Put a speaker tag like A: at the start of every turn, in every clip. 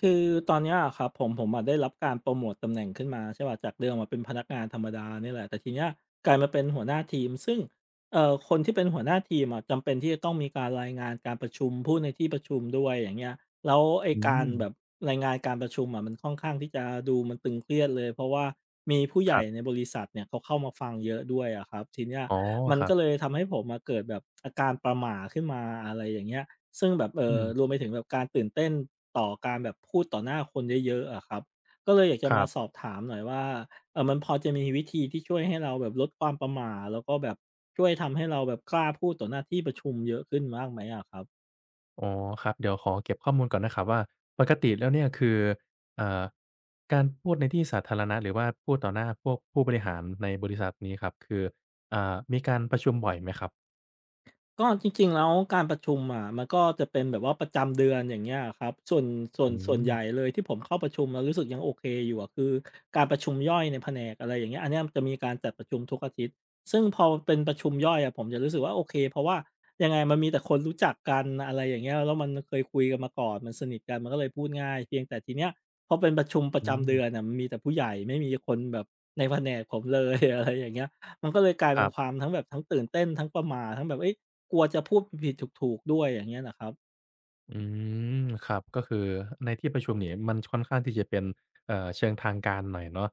A: คือตอนเนี้ยอะครับผมอะได้รับการโปรโมตตำแหน่งขึ้นมาใช่เป่าจากเดิมอะเป็นพนักงานธรรมดาเนี่ยแหละแต่ทีเนี้ยกลายมาเป็นหัวหน้าทีมซึ่งคนที่เป็นหัวหน้าทีมอะจำเป็นที่จะต้องมีการรายงานการประชุมพูดในที่ประชุมด้วยอย่างเงี้ยแล้วไอ้
B: อื
A: การ
B: ม
A: แบบรายงานการประชุมอะมันค่อนข้างที่จะดูมันตึงเครียดเลยเพราะว่ามีผู้ให
B: ค
A: ญ่
B: รั
A: ใน
B: บ
A: บริษัทเนี่ยเขาเข้ามาฟังเยอะด้วยอะครับทีเนี้ย
B: อ๋อ
A: มัน
B: ครั
A: ก็
B: บ
A: เลยทำให้ผมมาเกิดแบบอาการประหม่าขึ้นมาอะไรอย่างเงี้ยซึ่งแบบ
B: อืม
A: รวมไปถึงแบบการตื่นเต้นต่อการแบบพูดต่อหน้าคนเยอะๆอะครับก็เลยอยากจะ
B: ค
A: มา
B: รั
A: สอบ
B: บ
A: ถามหน่อยว่ามันพอจะมีวิธีที่ช่วยให้เราแบบลดความประหม่าแล้วก็แบบช่วยทำให้เราแบบกล้าพูดต่อหน้าที่ประชุมเยอะขึ้นบ้างไหมอะครับ
B: อ๋อครับ เดี๋ยวขอเก็บข้อมูลก่อนนะครับว่าปกติแล้วเนี่ยคือเอ่อการพูดในที่สาธารณะหรือว่าพูดต่อหน้าพวกผู้บริหารในบริษัทนี้ครับคืออ่ามีการประชุมบ่อยไหมครับ
A: ก็จริงๆแล้วการประชุมอะมันก็จะเป็นแบบว่าประจำเดือนอย่างเงี้ยอะครับส่วนส่วน
B: อื
A: ส่วน
B: ม
A: ใหญ่เลยที่ผมเข้าประชุมแล้วรู้สึกยังโอเคอยู่อะคือการประชุมย่อยในแผนกอะไรอย่างเงี้ยอันเนี้ยมันจะมีการจัดประชุมทุกอาทิตย์ซึ่งพอเป็นประชุมย่อยอะผมจะรู้สึกว่าโอเคเพราะว่ายังไงมันมีแต่คนรู้จักกันอะไรอย่างเงี้ยแล้วมันเคยคุยกันมาก่อนมันสนิทกันมันก็เลยพูดง่ายเพียงแต่ทีเนี้ยพอเป็นประชุมประ
B: อื
A: จำ
B: ม
A: เดือนน่ะมันมีแต่ผู้ใหญ่ไม่มีคนแบบในแผนกผมเลย อะไรอย่างเงี้ยมันก็เลยกลาย
B: ค
A: เป็
B: รั
A: นควา
B: บ
A: มทั้งแบบทั้งตื่นเต้นทั้งประหม่าทั้งแบบเฮ้ย กลัวจะพูดผิดๆถูกๆด้วยอย่างเงี้ยเหรอครับ
B: อืมครับก็คือในที่ประชุมเนี่ยมันค่อนข้างที่จะเป็นเชิงทางการหน่อยเนาะ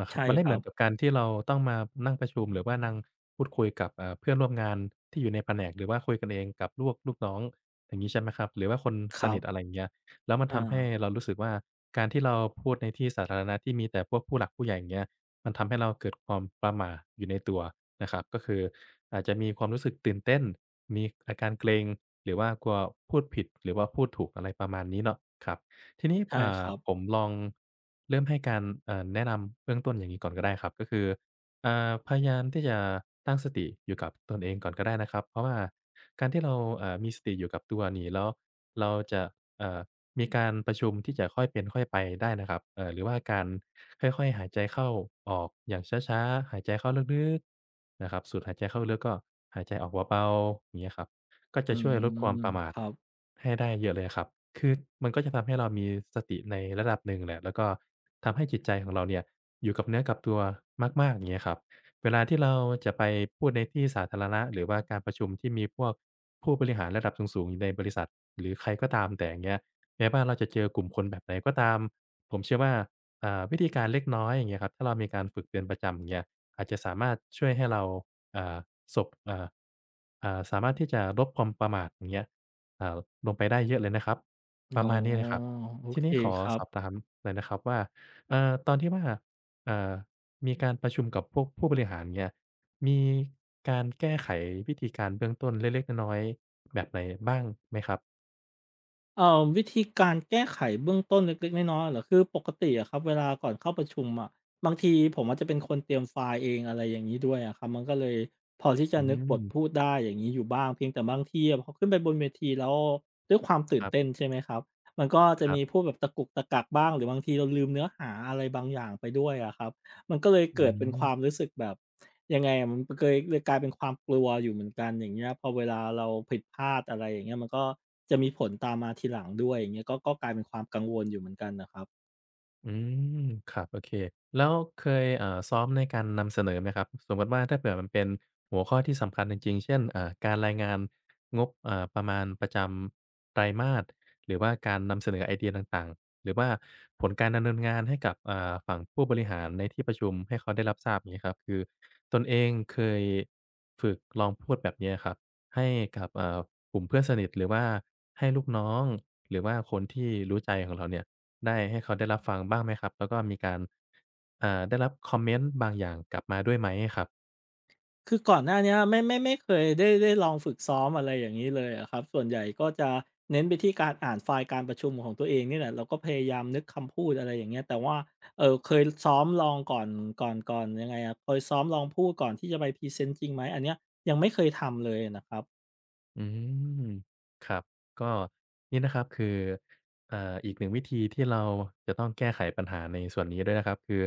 B: นะครับ
A: ใช่
B: มันไม่
A: ค
B: เห
A: รั
B: มือ
A: บ
B: นกับการที่เราต้องมานั่งประชุมหรือว่านั่งพูดคุยกับเพื่อนร่วมงานที่อยู่ในแผนกหรือว่าคุยกันเองกับลูกน้องอย่างงี้ใช่ไหมครับหรือว่าคน
A: ค
B: ส
A: รั
B: นิทอะไร
A: บ
B: อย่างเงี้ยแล้วมันทำให้
A: อา
B: เรารู้สึกว่าการที่เราพูดในที่สาธารณะที่มีแต่พวกผู้หลักผู้ใหญ่อย่างเงี้ย มันทำให้เราเกิดความประหม่าอยู่ในตัวนะครับก็คืออาจจะมีความรู้สึกตื่นเต้นมีอาการเกรงหรือว่ากลัวพูดผิดหรือว่าพูดถูกอะไรประมาณนี้เนาะครับทีนี้
A: ใช่ค
B: อ่า
A: รับ
B: ผมลองเริ่มให้การแนะนำเบื้องต้นอย่างงี้ก่อนก็ได้ครับก็คือ พยายามที่จะตั้งสติอยู่กับตนเองก่อนก็ได้นะครับเพราะว่าการที่เรามีสติอยู่กับตัวนี่แล้วเราจะเอ่อมีการประชุมที่จะค่อยเป็นค่อยไปได้นะครับหรือว่าการค่อยๆหายใจเข้าออกอย่างช้าๆหายใจเข้าลึกๆนะครับสูดหายใจเข้าลึกก็หายใจออกเบาๆอย่างเงี้ยครับ ก็
A: อื
B: จะช่วยลดความ
A: ม
B: ประมา
A: ค
B: ท
A: รับ
B: ให้ได้เยอะเลยครับคือมันก็จะทำให้เรามีสติในระดับหนึ่งแหละแล้วก็ทำให้จิตใจของเราเนี่ยอยู่กับเนื้อกับตัวมากๆอย่างเงี้ยครับเวลาที่เราจะไปพูดในที่สาธารณะหรือว่าการประชุมที่มีพวกผู้บริหารระดับสูงๆในบริษัทหรือใครก็ตามแต่อย่างเงี้ยแม้ว่าเราจะเจอกลุ่มคนแบบไหนก็ตามผมเชื่อว่าอ่าวิธีการเล็กน้อยอย่างเงี้ยครับถ้าเรามีการฝึกเป็นประจำอย่างเงี้ยอาจจะสามารถช่วยให้เรา อ่าศพอ่าอ่าสามารถที่จะลดความประมาทอย่างเงี้ยอ่าลงไปได้เยอะเลยนะครับป
A: อ๋
B: ระ
A: อ
B: มาณนี้เลยครับ
A: โอ
B: ที
A: เค
B: นี้ขอ
A: ครั
B: ส
A: บ
B: อบถามหน่อยนะครับว่าตอนที่ว่าเอ่อมีการประชุมกับพวกผู้บริหารเงี้ยมีการแก้ไขวิธีการเบื้องต้นเล็กๆน้อยๆแบบไหนบ้างไหมครับ
A: วิธีการแก้ไขเบื้องต้นเล็กๆน้อยๆเหรอคือปกติอะครับเวลาก่อนเข้าประชุมอะบางทีผมอาจจะเป็นคนเตรียมไฟล์เองอะไรอย่างงี้ด้วยอะครับมันก็เลยพอที่จะ
B: อื
A: นึกบทพูด
B: ม
A: ได้อย่างงี้อยู่บ้างเพียงแต่บางทีอะพอขึ้นไปบนเวทีแล้วด้วยความตื่
B: ค
A: น
B: รั
A: เต้น
B: บ
A: ใช่ไหมครับมันก็จะมีพู
B: ๆ
A: ดแบบตะกุกตะกักบ้างหรือบางทีเราลืมเนื้อหาอะไรบางอย่างไปด้วยอะครับ มันก็เลย
B: อื
A: เกิดเป็นความ
B: ม
A: รู้สึกแบบยังไงอะมันก็เลยกลายเป็นความกลัวอยู่เหมือนกันอย่างเงี้ยพอเวลาเราผิดพลาดอะไรอย่างเงี้ยมันก็จะมีผลตามมาทีหลังด้วยอย่างเงี้ยก็กลายเป็นความกังวลอยู่เหมือนกันน่ะครับ
B: อืมครับโอเคแล้วเคยซ้อมในการนำเสนอไหมครับสมมุติว่าถ้าเผื่อมันเป็นหัวข้อที่สำคัญจริงๆเช่นการรายงานงบอ่าประมาณประจำไตรมาสหรือว่าการนำเสนอไอเดียต่างๆหรือว่าผลการดำเนินงานให้กับอ่าฝั่งผู้บริหารในที่ประชุมให้เขาได้รับทราบอย่างงี้ครับคือตนเองเคยฝึกลองพูดแบบเนี้ยครับให้กับอ่ากลุ่มเพื่อนสนิทหรือว่าให้ลูกน้องหรือว่าคนที่รู้ใจของเราเนี่ย ได้ให้เขาได้รับฟังบ้างไหมครับแล้วก็มีการอ่าได้รับคอมเมนต์บางอย่างกลับมาด้วยไหมครับ
A: คือก่อนหน้าเนี้ยไม่เคยได้ลองฝึกซ้อมอะไรอย่างงี้เลยอะครับส่วนใหญ่ก็จะเน้นไปที่การอ่านไฟล์การประชุมของตัวเองนี่แหละแล้วก็พยายามนึกคำพูดอะไรอย่างเงี้ยแต่ว่าเคยซ้อมลองก่อนยังไงอะเคยซ้อมลองพูดก่อนที่จะไปพรีเซนต์จริงไหมอันเนี้ยยังไม่เคยทำเลยอะนะครับ
B: อืมครับก็นี่นะครับคืออีกหนึ่งวิธีที่เราจะต้องแก้ไขปัญหาในส่วนนี้ด้วยนะครับคือ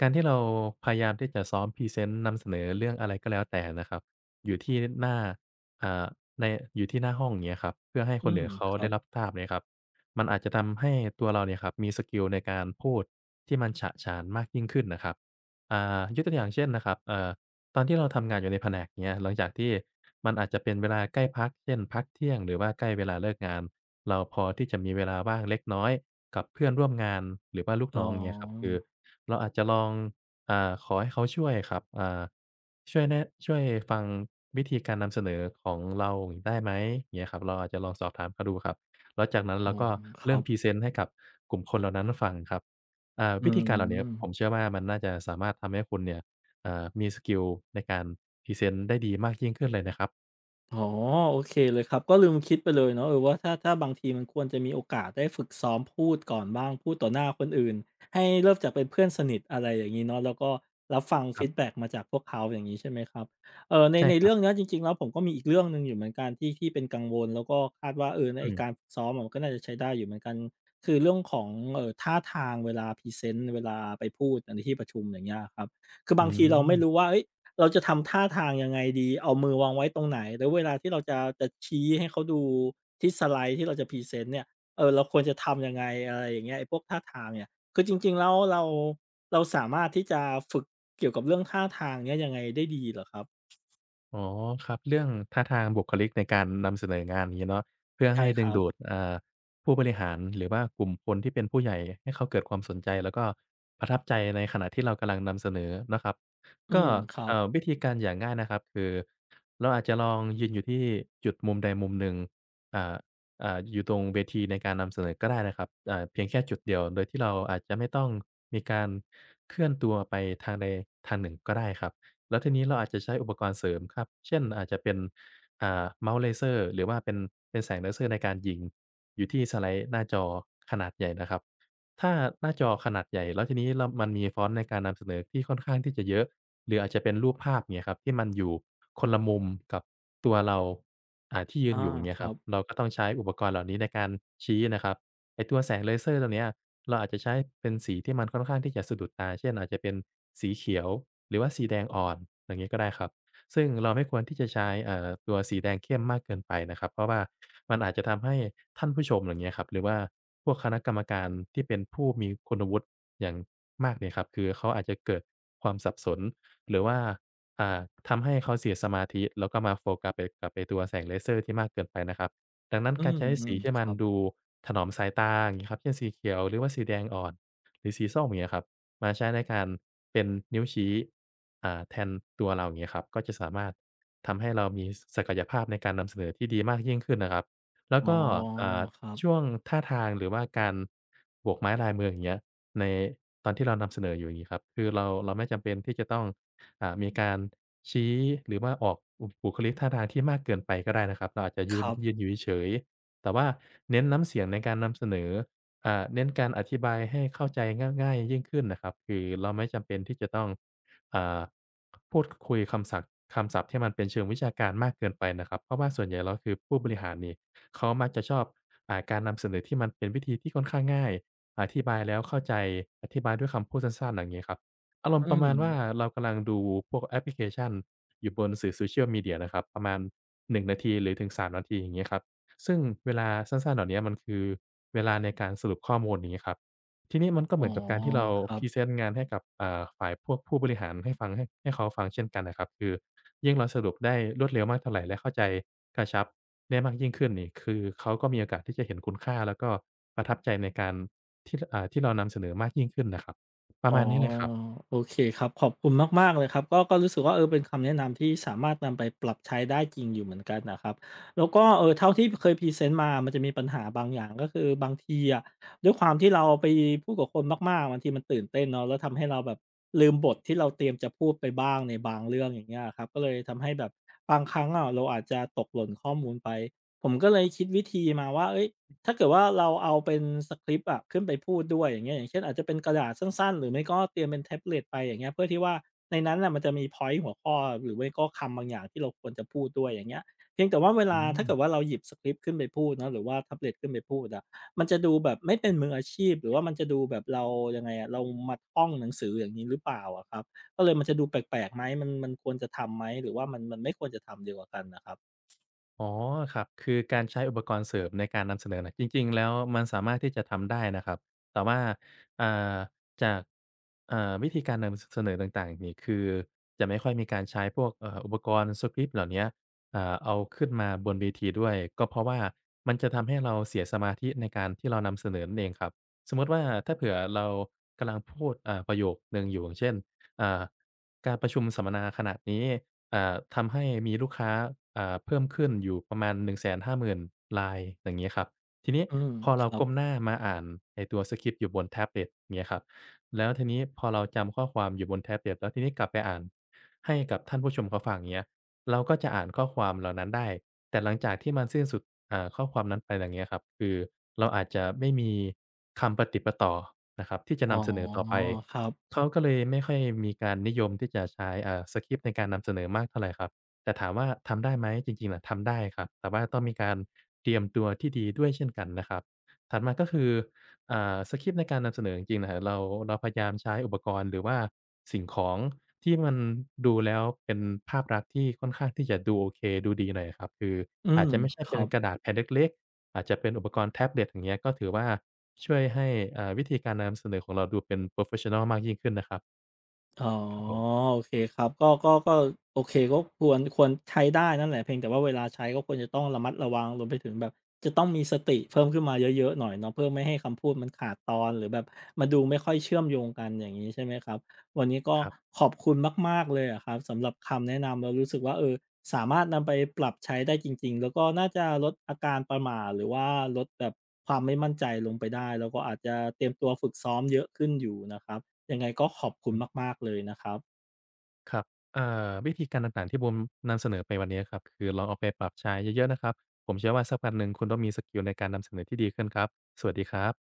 B: การที่เราพยายามที่จะซ้อมพรีเซนต์นำเสนอเรื่องอะไรก็แล้วแต่นะครับอยู่ที่หน้าอ่าในอยู่ที่หน้าห้องอย่างเงี้ยครับเพื่อให้
A: อื
B: คน
A: ม
B: อื่นเขา
A: ครั
B: ได้
A: บ
B: รับทราบเนี่ยครับมันอาจจะทำให้ตัวเราเนี่ยครับมีสกิลในการพูดที่มันฉะฉานมากยิ่งขึ้นนะครับอ่ายกตัวอย่างเช่นนะครับตอนที่เราทำงานอยู่ในแผนกเนี้ยหลังจากที่มันอาจจะเป็นเวลาใกล้พักเช่นพักเที่ยงหรือว่าใกล้เวลาเลิกงานเราพอที่จะมีเวลาว่างเล็กน้อยกับเพื่อนร่วมงานหรือว่าลูก
A: อ๋อ
B: น้องเงี้ยครับคือเราอาจจะลองอ่าขอให้เขาช่วยครับอ่าช่วยฟังวิธีการนำเสนอของเราอย่างงี้ได้ไหมเงี้ยครับเราอาจจะลองสอบถามเขาดูครับแล้วจากนั้น
A: อื
B: เรา
A: ม
B: ก็
A: ครั
B: เริ่ม
A: บ
B: พรีเซนต์ให้กับกลุ่มคนเหล่านั้นฟังครับอ่า
A: อื
B: วิธีการเหล่าเนี้ย
A: ม
B: ผมเชื่อว่ามันน่าจะสามารถทำให้คุณเนี่ย มีสกิลในการพรีเซนต์ได้ดีมากยิ่งขึ้นเลยนะครับ
A: อ๋อโอเคเลยครับก็ลืมคิดไปเลยเนาะเออว่าถ้าบางทีมันควรจะมีโอกาสได้ฝึกซ้อมพูดก่อนบ้างพูดต่อหน้าคนอื่นให้เริ่มจากเป็นเพื่อนสนิทอะไรอย่างงี้เนาะแล้วก็รับฟัง
B: ค
A: ฟี
B: รั
A: ด
B: บ
A: แบ็กมาจากพวกเขาอย่างงี้ใช่ไหมครับเอ่อใน
B: ใช่
A: ใน
B: ครั
A: เรื่อง
B: บ
A: เนี้ยจริงๆแล้วผมก็มีอีกเรื่องหนึ่งอยู่เหมือนกันที่เป็นกังวลแล้วก็คาดว่าเออใน
B: อื
A: ไอ้การ
B: ม
A: ฝึกซ้อมอะมันก็น่าจะใช้ได้อยู่เหมือนกันคือเรื่องของท่าทางเวลาพรีเซนต์เวลาไปพูดในที่ประชุมอย่างเงี้ยอะครับคือ
B: อื
A: บางทีเราไม่รู้
B: ม
A: ว่าเฮ้ย เราจะทำท่าทางยังไงดี เอามือวางไว้ตรงไหน แล้วเวลาที่เราจะชี้ให้เขาดูที่สไลด์ที่เราจะพรีเซนต์เนี่ยเออเราควรจะทำยังไงอะไรอย่างเงี้ยไอ้พวกท่าทางเนี่ยคือจริงๆแล้วเราสามารถที่จะฝึกเกี่ยวกับเรื่องท่าทางเนี่ยยังไงได้ดีเหรอครับ
B: อ๋อครับเรื่องท่าทางบุคลิกในการนำเสนองานอย่างงี้เนาะเพื่อ
A: ใช่
B: ให้
A: ค
B: ดึง
A: รับ
B: ดูดผู้บริหารหรือว่ากลุ่มคนที่เป็นผู้ใหญ่ให้เขาเกิดความสนใจแล้วก็ประทับใจในขณะที่เรากำลังนำเสนอนะครับ
A: อื
B: ก็
A: มครับ
B: วิธีการอย่างง่ายนะครับคือเราอาจจะลองยืนอยู่ที่จุดมุมใดมุมหนึ่งอ่าอยู่ตรงเวทีในการนำเสนอก็ได้นะครับเพียงแค่จุดเดียวโดยที่เราอาจจะไม่ต้องมีการเคลื่อนตัวไปทางใดทางหนึ่งก็ได้ครับ แล้วทีนี้เราอาจจะใช้อุปกรณ์เสริมครับ เช่นอาจจะเป็นเมาส์เลเซอร์หรือว่าเป็นแสงเลเซอร์ในการยิงอยู่ที่สไลด์หน้าจอขนาดใหญ่นะครับ ถ้าหน้าจอขนาดใหญ่แล้วทีนี้เรามันมีฟอนต์ในการนำเสนอที่ค่อนข้างที่จะเยอะหรืออาจจะเป็นรูปภาพอย่างเงี้ยครับที่มันอยู่คนละมุมกับตัวเราที่ยื
A: อา
B: นอยู่อย่างเงี้
A: ค
B: ยครั
A: รั
B: บ
A: บ
B: เราก็ต้องใช้อุปกรณ์เหล่านี้ในการชี้นะครับ ไอ้ตัวแสงเลเซอร์ตัวเนี้ยเราอาจจะใช้เป็นสีที่มันค่อนข้างที่จะสะดุดตาเช่นอาจจะเป็นสีเขียวหรือว่าสีแดงอ่อนอย่างงี้ก็ได้ครับซึ่งเราไม่ควรที่จะใช้ตัวสีแดงเข้มมากเกินไปนะครับเพราะว่ามันอาจจะทำให้ท่านผู้ชมอย่างเงี้ยครับหรือว่าพวกคณะกรรมการที่เป็นผู้มีคุณวุฒิอย่างมากเนี่ยครับคือเขาอาจจะเกิดความสับสนหรือว่าอ่าทำให้เขาเสียสมาธิแล้วก็มาโฟกัสไปกับไอ้ตัวแสงเลเซอร์ที่มากเกินไปนะครับ ดังนั้น
A: อื
B: การใช้สี
A: ม
B: ที่
A: ๆค
B: มัน
A: รับ
B: ดูถนอมสายตาอย่างงี้ครับเช่นสีเขียวหรือว่าสีแดงอ่อนหรือสีส้มอย่างเงี้ยครับมาใช้ในการเป็นนิ้วชี้แทนตัวเราอย่างเงี้ยครับก็จะสามารถทำให้เรามีศศักยภาพในการนำเสนอที่ดีมากยิ่งขึ้นนะครับแล้ว
A: อ๋อ
B: ก็อ่า
A: ครับ
B: ช่วงท่าทางหรือว่าการโบกไม้ลายมืออย่างเงี้ยในตอนที่เรานำเสนออยู่อย่างงี้ครับคือเราไม่จำเป็นที่จะต้อง มีการชี้หรือว่าออกบุบุคลิกท่าทางที่มากเกินไปก็ได้นะครับเราอาจจะ
A: ครั
B: ยื
A: บ
B: นอยู่เฉยๆแต่ว่าเน้นน้ำเสียงในการนำเสนอเน้นการอธิบายให้เข้าใจง่ายๆยิ่งขึ้นนะครับคือเราไม่จำเป็นที่จะต้องอ่าพูดคุยคำศัพท์คำศัพท์ที่มันเป็นเชิงวิชาการมากเกินไปนะครับเพราะว่าส่วนใหญ่แล้วคือผู้บริหารนี่เขามักจะชอบการนำเสนอที่มันเป็นวิธีที่ค่อนข้างง่ายอธิบายแล้วเข้าใจอธิบายด้วยคำพูดสั้นๆอย่างงี้ครับ อารมณ์ป
A: อื
B: ระมาณ
A: ม
B: ว่าเรากำลังดูพวกแอปพลิเคชันอยู่บนสื่อ Social Media นะครับประมาณ1นาทีหรือถึง3นาทีอย่างเงี้ยครับซึ่งเวลาสั้นๆเหล่าเนี้ยมันคือเวลาในการสรุปข้อมูลอย่างงี้ครับทีนี้มันก็เห
A: อ๋
B: มื
A: อ
B: อนกับการที่เรา
A: ครั
B: พ
A: บ
B: รีเซนต์งานให้กับฝ่ายพวกผู้บริหารให้ฟังให้เขาฟังเช่นกันนะครับคือยิ่งเราสรุปได้รวดเร็วมากเท่าไรและเข้าใจกระชับได้มากยิ่งขึ้นนี่คือเขาก็มีโอกาสที่จะเห็นคุณค่าแล้วก็ประทับใจในการที่เรานำเสนอมากยิ่งขึ้นน่ะครับประ
A: อ๋อ
B: มาณนี้เลยครับ
A: โอเคครับขอบคุณมากๆเลยครับก็ก็รู้สึกว่าเออเป็นคำแนะนำที่สามารถนำไปปรับใช้ได้จริงอยู่เหมือนกันน่ะครับแล้วก็เท่าที่เคยพรีเซนต์มามันจะมีปัญหาบางอย่างก็คือบางทีอะด้วยความที่เราไปพูดกับคนมากๆบางทีมันตื่นเต้นเนาะแล้วทำให้เราแบบลืมบทที่เราเตรียมจะพูดไปบ้างในบางเรื่องอย่างเงี้ยอะครับก็เลยทำให้แบบบางครั้งอะเราอาจจะตกหล่นข้อมูลไปผมก็เลยคิดวิธีมาว่าเฮ้ย ถ้าเกิดว่าเราเอาเป็นสคริปต์อะขึ้นไปพูดด้วยอย่างเงี้ยอย่างเช่นอาจจะเป็นกระดาษสั้นๆหรือไม่ก็เตรียมเป็นแท็บเล็ตไปอย่างเงี้ยเพื่อที่ว่าในนั้นน่ะมันจะมีพ็อยนต์ต์หัวข้อหรือไม่ก็คำบางอย่างที่เราควรจะพูดด้วยอย่างเงี้ยเพียงแต่ว่าเว
B: อื
A: ลาถ้า
B: ม
A: เกิดว่าเราหยิบสคริปต์ขึ้นไปพูดเนาะหรือว่าแท็บเล็ตขึ้นไปพูดอะมันจะดูแบบไม่เป็นมืออาชีพหรือว่ามันจะดูแบบเรายังไงอะเรามาท่องหนังสืออย่างงี้หรือเปล่าอะครับก็เลยมันจะดูแปลกๆไหมมันควรจะทำไหมหรือว่ามันไม่ควรจะทำดีกว่ากันน่ะครับ
B: อ๋อครับคือการใช้อุปกรณ์เสริมในการนำเสนอน่ะจริงๆแล้วมันสามารถที่จะทำได้นะครับแต่ว่าอ่าจากวิธีการนำสเสนอต่างๆนี่คือจะไม่ค่อยมีการใช้พวกอุปกรณ์สกริปต์เหล่าเนี้ยเอาขึ้นมาบนเวทีด้วยก็เพราะว่ามันจะทำให้เราเสียสมาธิในการที่เรานำเสนอนั่นเองครับสมมุติว่าถ้าเผื่อเรากำลังพูดประโยคหนึ่งอยู่อย่างเช่นอ่าการประชุมสัมมนาขณะนี้ ทำให้มีลูกค้าเพิ่มขึ้นอยู่ประมาณ150,000รายอย่างงี้ครับทีนี้
A: อืม
B: พอ
A: ค
B: เรา
A: รับ
B: ก้มหน้ามาอ่านไอ้ตัวสกริปต์อยู่บนแท็บเล็ตเงี้ยครับแล้วทีนี้พอเราจำข้อความอยู่บนแท็บเล็ตแล้วทีนี้กลับไปอ่านให้กับท่านผู้ชมเขาฟังเงี้ยเราก็จะอ่านข้อความเหล่านั้นได้แต่หลังจากที่มันสิ้นสุดข้อความนั้นไปอย่างเงี้ยครับคือเราอาจจะไม่มีคำปะติดปะต่อนะครับที่จะ
A: อ๋อ
B: นำเสนอต่อไป
A: ครับ
B: เขาก็เลยไม่ค่อยมีการนิยมที่จะใช้สกริปต์ในการนำเสนอมากเท่าไรครับแต่ถามว่าทำได้ไหมจริงๆอะทำได้ครับแต่ว่าต้องมีการเตรียมตัวที่ดีด้วยเช่นกันนะครับถัดมาก็คือสกริปต์ในการนำเสนอจริงๆน่ะเราพยายามใช้อุปกรณ์หรือว่าสิ่งของที่มันดูแล้วเป็นภาพลักษณ์ที่ค่อนข้างที่จะดูโอเคดูดีหน่อยอะครับคือ
A: อื
B: อาจ
A: ม
B: จะไม่ใช่
A: ค
B: เป็
A: รั
B: น
A: บ
B: กระดาษแผ่นเล็กๆอาจจะเป็นอุปกรณ์แท็บเล็ตอย่างเงี้ยก็ถือว่า ช่วยให้วิธีการนำเสนอของเราดูเป็นโพรเฟสชันนัลมากยิ่งขึ้นนะครับ
A: อ๋อ
B: ครับผม
A: โอเคครับก็ก็ก็โอเคก็ควรใช้ได้นั่นแหละเพียงแต่ว่าเวลาใช้ก็ควรจะต้องระมัดระวังรวมไปถึงแบบจะต้องมีสติเพิ่มขึ้นมาเยอะๆหน่อยเนาะเพื่อไม่ให้คำพูดมันขาดตอนหรือแบบมันดูไม่ค่อยเชื่อมโยงกันอย่างงี้ใช่ไหมครับวันนี้ก็
B: ครับ
A: ขอบคุณมากๆเลยอะครับสำหรับคำแนะนำเรารู้สึกว่าเออสามารถนำไปปรับใช้ได้จริงๆแล้วก็น่าจะลดอาการประหม่าหรือว่าลดแบบความไม่มั่นใจลงไปได้แล้วก็อาจจะเตรียมตัวฝึกซ้อมเยอะขึ้นอยู่นะครับ ยังไงก็ขอบคุณ
B: อืม
A: มากๆเลยนะครับ
B: ครับวิธีการต่างๆที่ผมนำเสนอไปวันนี้ครับคือลองเอาไปปรับใช้เยอะๆนะครับผมเชื่อว่าสักวันหนึ่งคุณต้องมีสกิลในการนำเสนอที่ดีขึ้นครับสวัสดีครับ